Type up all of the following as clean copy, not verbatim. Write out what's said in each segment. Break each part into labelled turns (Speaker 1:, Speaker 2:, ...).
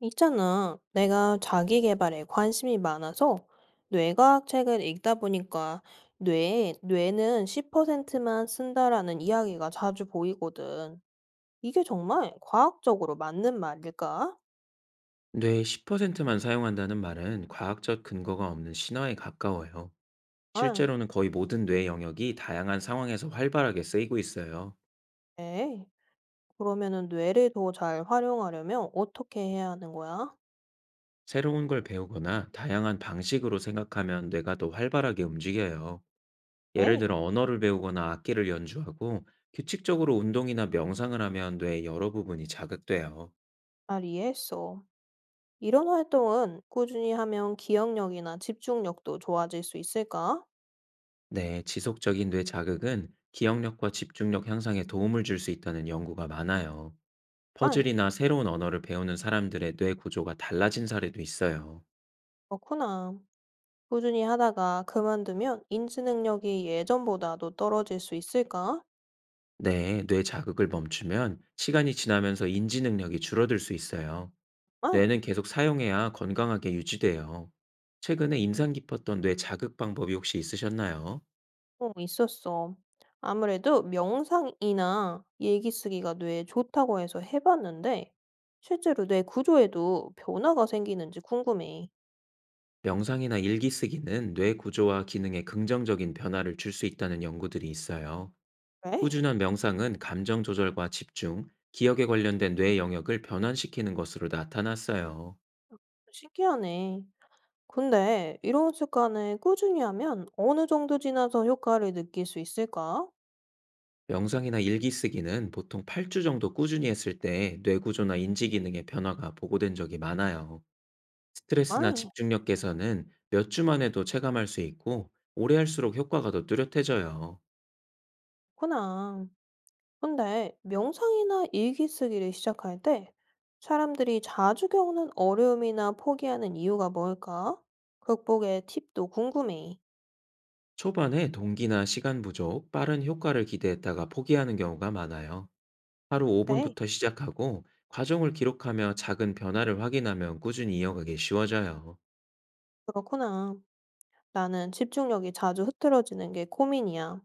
Speaker 1: 있잖아. 내가 자기 개발에 관심이 많아서 뇌과학 책을 읽다 보니까 뇌는 10%만 쓴다라는 이야기가 자주 보이거든. 이게 정말 과학적으로 맞는 말일까?
Speaker 2: 뇌의 10%만 사용한다는 말은 과학적 근거가 없는 신화에 가까워요.
Speaker 1: 아,
Speaker 2: 실제로는 거의 모든 뇌 영역이 다양한 상황에서 활발하게 쓰이고 있어요.
Speaker 1: 에이. 그러면은 뇌를 더 잘 활용하려면 어떻게 해야 하는 거야?
Speaker 2: 새로운 걸 배우거나 다양한 방식으로 생각하면 뇌가 더 활발하게 움직여요. 예를
Speaker 1: 에이,
Speaker 2: 들어 언어를 배우거나 악기를 연주하고 규칙적으로 운동이나 명상을 하면 뇌의 여러 부분이 자극돼요.
Speaker 1: 잘 이해했어. 이런 활동은 꾸준히 하면 기억력이나 집중력도 좋아질 수 있을까?
Speaker 2: 네, 지속적인 뇌 자극은 기억력과 집중력 향상에 도움을 줄 수 있다는 연구가 많아요.
Speaker 1: 아,
Speaker 2: 퍼즐이나 새로운 언어를 배우는 사람들의 뇌 구조가 달라진 사례도 있어요.
Speaker 1: 그렇구나. 꾸준히 하다가 그만두면 인지 능력이 예전보다도 떨어질 수 있을까?
Speaker 2: 네, 뇌 자극을 멈추면 시간이 지나면서 인지 능력이 줄어들 수 있어요.
Speaker 1: 아,
Speaker 2: 뇌는 계속 사용해야 건강하게 유지돼요. 최근에 인상 깊었던 뇌 자극 방법이 혹시 있으셨나요?
Speaker 1: 어, 있었어. 아무래도 명상이나 얘기 쓰기가 뇌에 좋다고 해서 해봤는데, 실제로 뇌 구조에도 변화가 생기는지 궁금해.
Speaker 2: 명상이나 일기 쓰기는 뇌 구조와 기능에 긍정적인 변화를 줄 수 있다는 연구들이 있어요.
Speaker 1: 그래?
Speaker 2: 꾸준한 명상은 감정 조절과 집중, 기억에 관련된 뇌 영역을 변환시키는 것으로 나타났어요.
Speaker 1: 신기하네. 근데 이런 습관을 꾸준히 하면 어느 정도 지나서 효과를 느낄 수 있을까?
Speaker 2: 명상이나 일기 쓰기는 보통 8주 정도 꾸준히 했을 때 뇌구조나 인지 기능의 변화가 보고된 적이 많아요.
Speaker 1: 아,
Speaker 2: 스트레스나 집중력 개선은 몇 주만 해도 체감할 수 있고 오래 할수록 효과가 더 뚜렷해져요.
Speaker 1: 그렇구나. 근데 명상이나 일기 쓰기를 시작할 때 사람들이 자주 겪는 어려움이나 포기하는 이유가 뭘까? 극복의 팁도 궁금해.
Speaker 2: 초반에 동기나 시간 부족, 빠른 효과를 기대했다가 포기하는 경우가 많아요. 하루
Speaker 1: 그래,
Speaker 2: 5분부터 시작하고 과정을 기록하며 작은 변화를 확인하면 꾸준히 이어가기 쉬워져요.
Speaker 1: 그렇구나. 나는 집중력이 자주 흐트러지는 게 고민이야.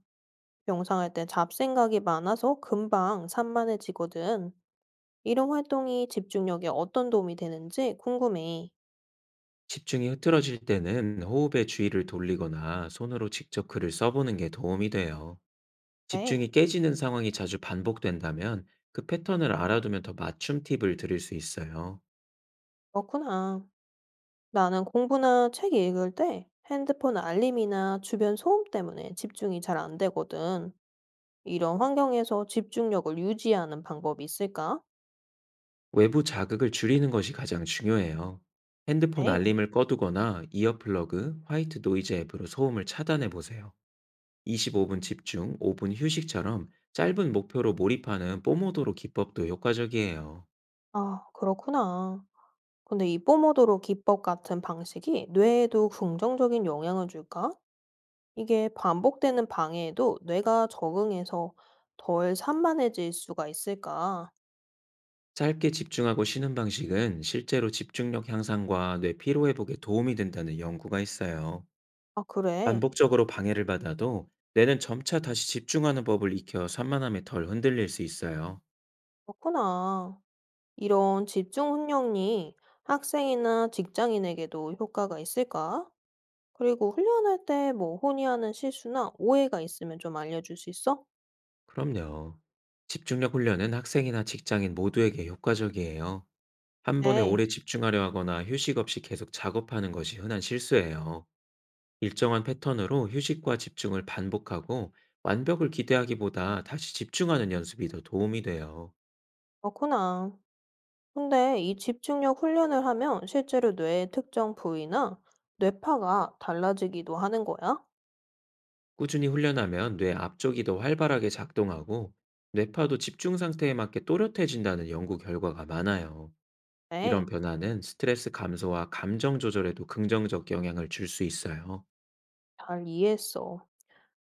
Speaker 1: 명상할 때 잡생각이 많아서 금방 산만해지거든. 이런 활동이 집중력에 어떤 도움이 되는지 궁금해.
Speaker 2: 집중이 흐트러질 때는 호흡에 주의를 돌리거나 손으로 직접 글을 써보는 게 도움이 돼요.
Speaker 1: 그래,
Speaker 2: 집중이 깨지는 상황이 자주 반복된다면 그 패턴을 알아두면 더 맞춤 팁을 드릴 수 있어요.
Speaker 1: 그렇구나. 나는 공부나 책 읽을 때 핸드폰 알림이나 주변 소음 때문에 집중이 잘 안 되거든. 이런 환경에서 집중력을 유지하는 방법이 있을까?
Speaker 2: 외부 자극을 줄이는 것이 가장 중요해요. 핸드폰
Speaker 1: 에이,
Speaker 2: 알림을 꺼두거나 이어플러그, 화이트 노이즈 앱으로 소음을 차단해 보세요. 25분 집중, 5분 휴식처럼 짧은 목표로 몰입하는 뽀모도로 기법도 효과적이에요.
Speaker 1: 아, 그렇구나. 근데 이 뽀모도로 기법 같은 방식이 뇌에도 긍정적인 영향을 줄까? 이게 반복되는 방해에도 뇌가 적응해서 덜 산만해질 수가 있을까?
Speaker 2: 짧게 집중하고 쉬는 방식은 실제로 집중력 향상과 뇌 피로 회복에 도움이 된다는 연구가 있어요.
Speaker 1: 아, 그래.
Speaker 2: 반복적으로 방해를 받아도 뇌는 점차 다시 집중하는 법을 익혀 산만함에 덜 흔들릴 수 있어요.
Speaker 1: 그렇구나. 이런 집중 훈련이 학생이나 직장인에게도 효과가 있을까? 그리고 훈련할 때 뭐 혼이 하는 실수나 오해가 있으면 좀 알려줄 수 있어?
Speaker 2: 그럼요. 집중력 훈련은 학생이나 직장인 모두에게 효과적이에요. 한 번에
Speaker 1: 네,
Speaker 2: 오래 집중하려 하거나 휴식 없이 계속 작업하는 것이 흔한 실수예요. 일정한 패턴으로 휴식과 집중을 반복하고 완벽을 기대하기보다 다시 집중하는 연습이 더 도움이 돼요.
Speaker 1: 그렇구나. 근데 이 집중력 훈련을 하면 실제로 뇌의 특정 부위나 뇌파가 달라지기도 하는 거야?
Speaker 2: 꾸준히 훈련하면 뇌 앞쪽이 더 활발하게 작동하고 뇌파도 집중 상태에 맞게 또렷해진다는 연구 결과가 많아요.
Speaker 1: 네,
Speaker 2: 이런 변화는 스트레스 감소와 감정 조절에도 긍정적 영향을 줄 수 있어요.
Speaker 1: 잘 이해했어.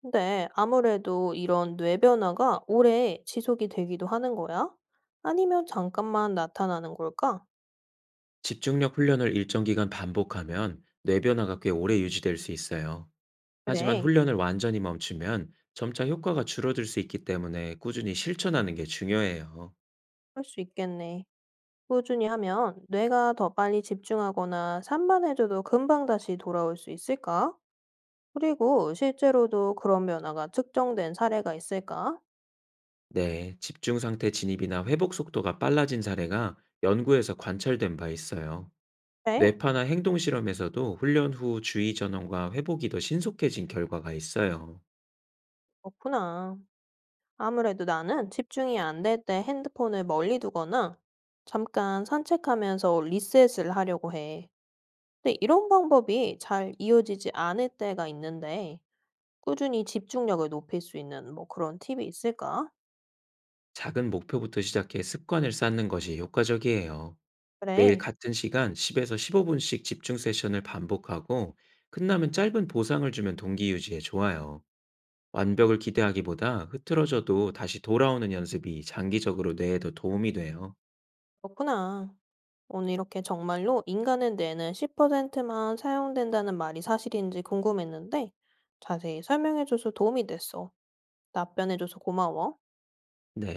Speaker 1: 근데 아무래도 이런 뇌 변화가 오래 지속이 되기도 하는 거야? 아니면 잠깐만 나타나는 걸까?
Speaker 2: 집중력 훈련을 일정 기간 반복하면 뇌 변화가 꽤 오래 유지될 수 있어요. 하지만
Speaker 1: 그래.
Speaker 2: 훈련을 완전히 멈추면 점차 효과가 줄어들 수 있기 때문에 꾸준히 실천하는 게 중요해요.
Speaker 1: 그럴 수 있겠네. 꾸준히 하면 뇌가 더 빨리 집중하거나 산만해져도 금방 다시 돌아올 수 있을까? 그리고 실제로도 그런 변화가 측정된 사례가 있을까?
Speaker 2: 네, 집중 상태 진입이나 회복 속도가 빨라진 사례가 연구에서 관찰된 바 있어요.
Speaker 1: 에이,
Speaker 2: 뇌파나 행동 실험에서도 훈련 후 주의 전환과 회복이 더 신속해진 결과가 있어요.
Speaker 1: 그렇구나. 아무래도 나는 집중이 안 될 때 핸드폰을 멀리 두거나 잠깐 산책하면서 리셋을 하려고 해. 근데 이런 방법이 잘 이어지지 않을 때가 있는데 꾸준히 집중력을 높일 수 있는 뭐 그런 팁이 있을까?
Speaker 2: 작은 목표부터 시작해 습관을 쌓는 것이 효과적이에요. 매일
Speaker 1: 그래,
Speaker 2: 같은 시간 10에서 15분씩 집중 세션을 반복하고 끝나면 짧은 보상을 주면 동기 유지에 좋아요. 완벽을 기대하기보다 흐트러져도 다시 돌아오는 연습이 장기적으로 뇌에 더 도움이 돼요.
Speaker 1: 그렇구나. 오늘 이렇게 정말로 인간의 뇌는 10%만 사용된다는 말이 사실인지 궁금했는데 자세히 설명해줘서 도움이 됐어. 답변해줘서 고마워.
Speaker 2: 네.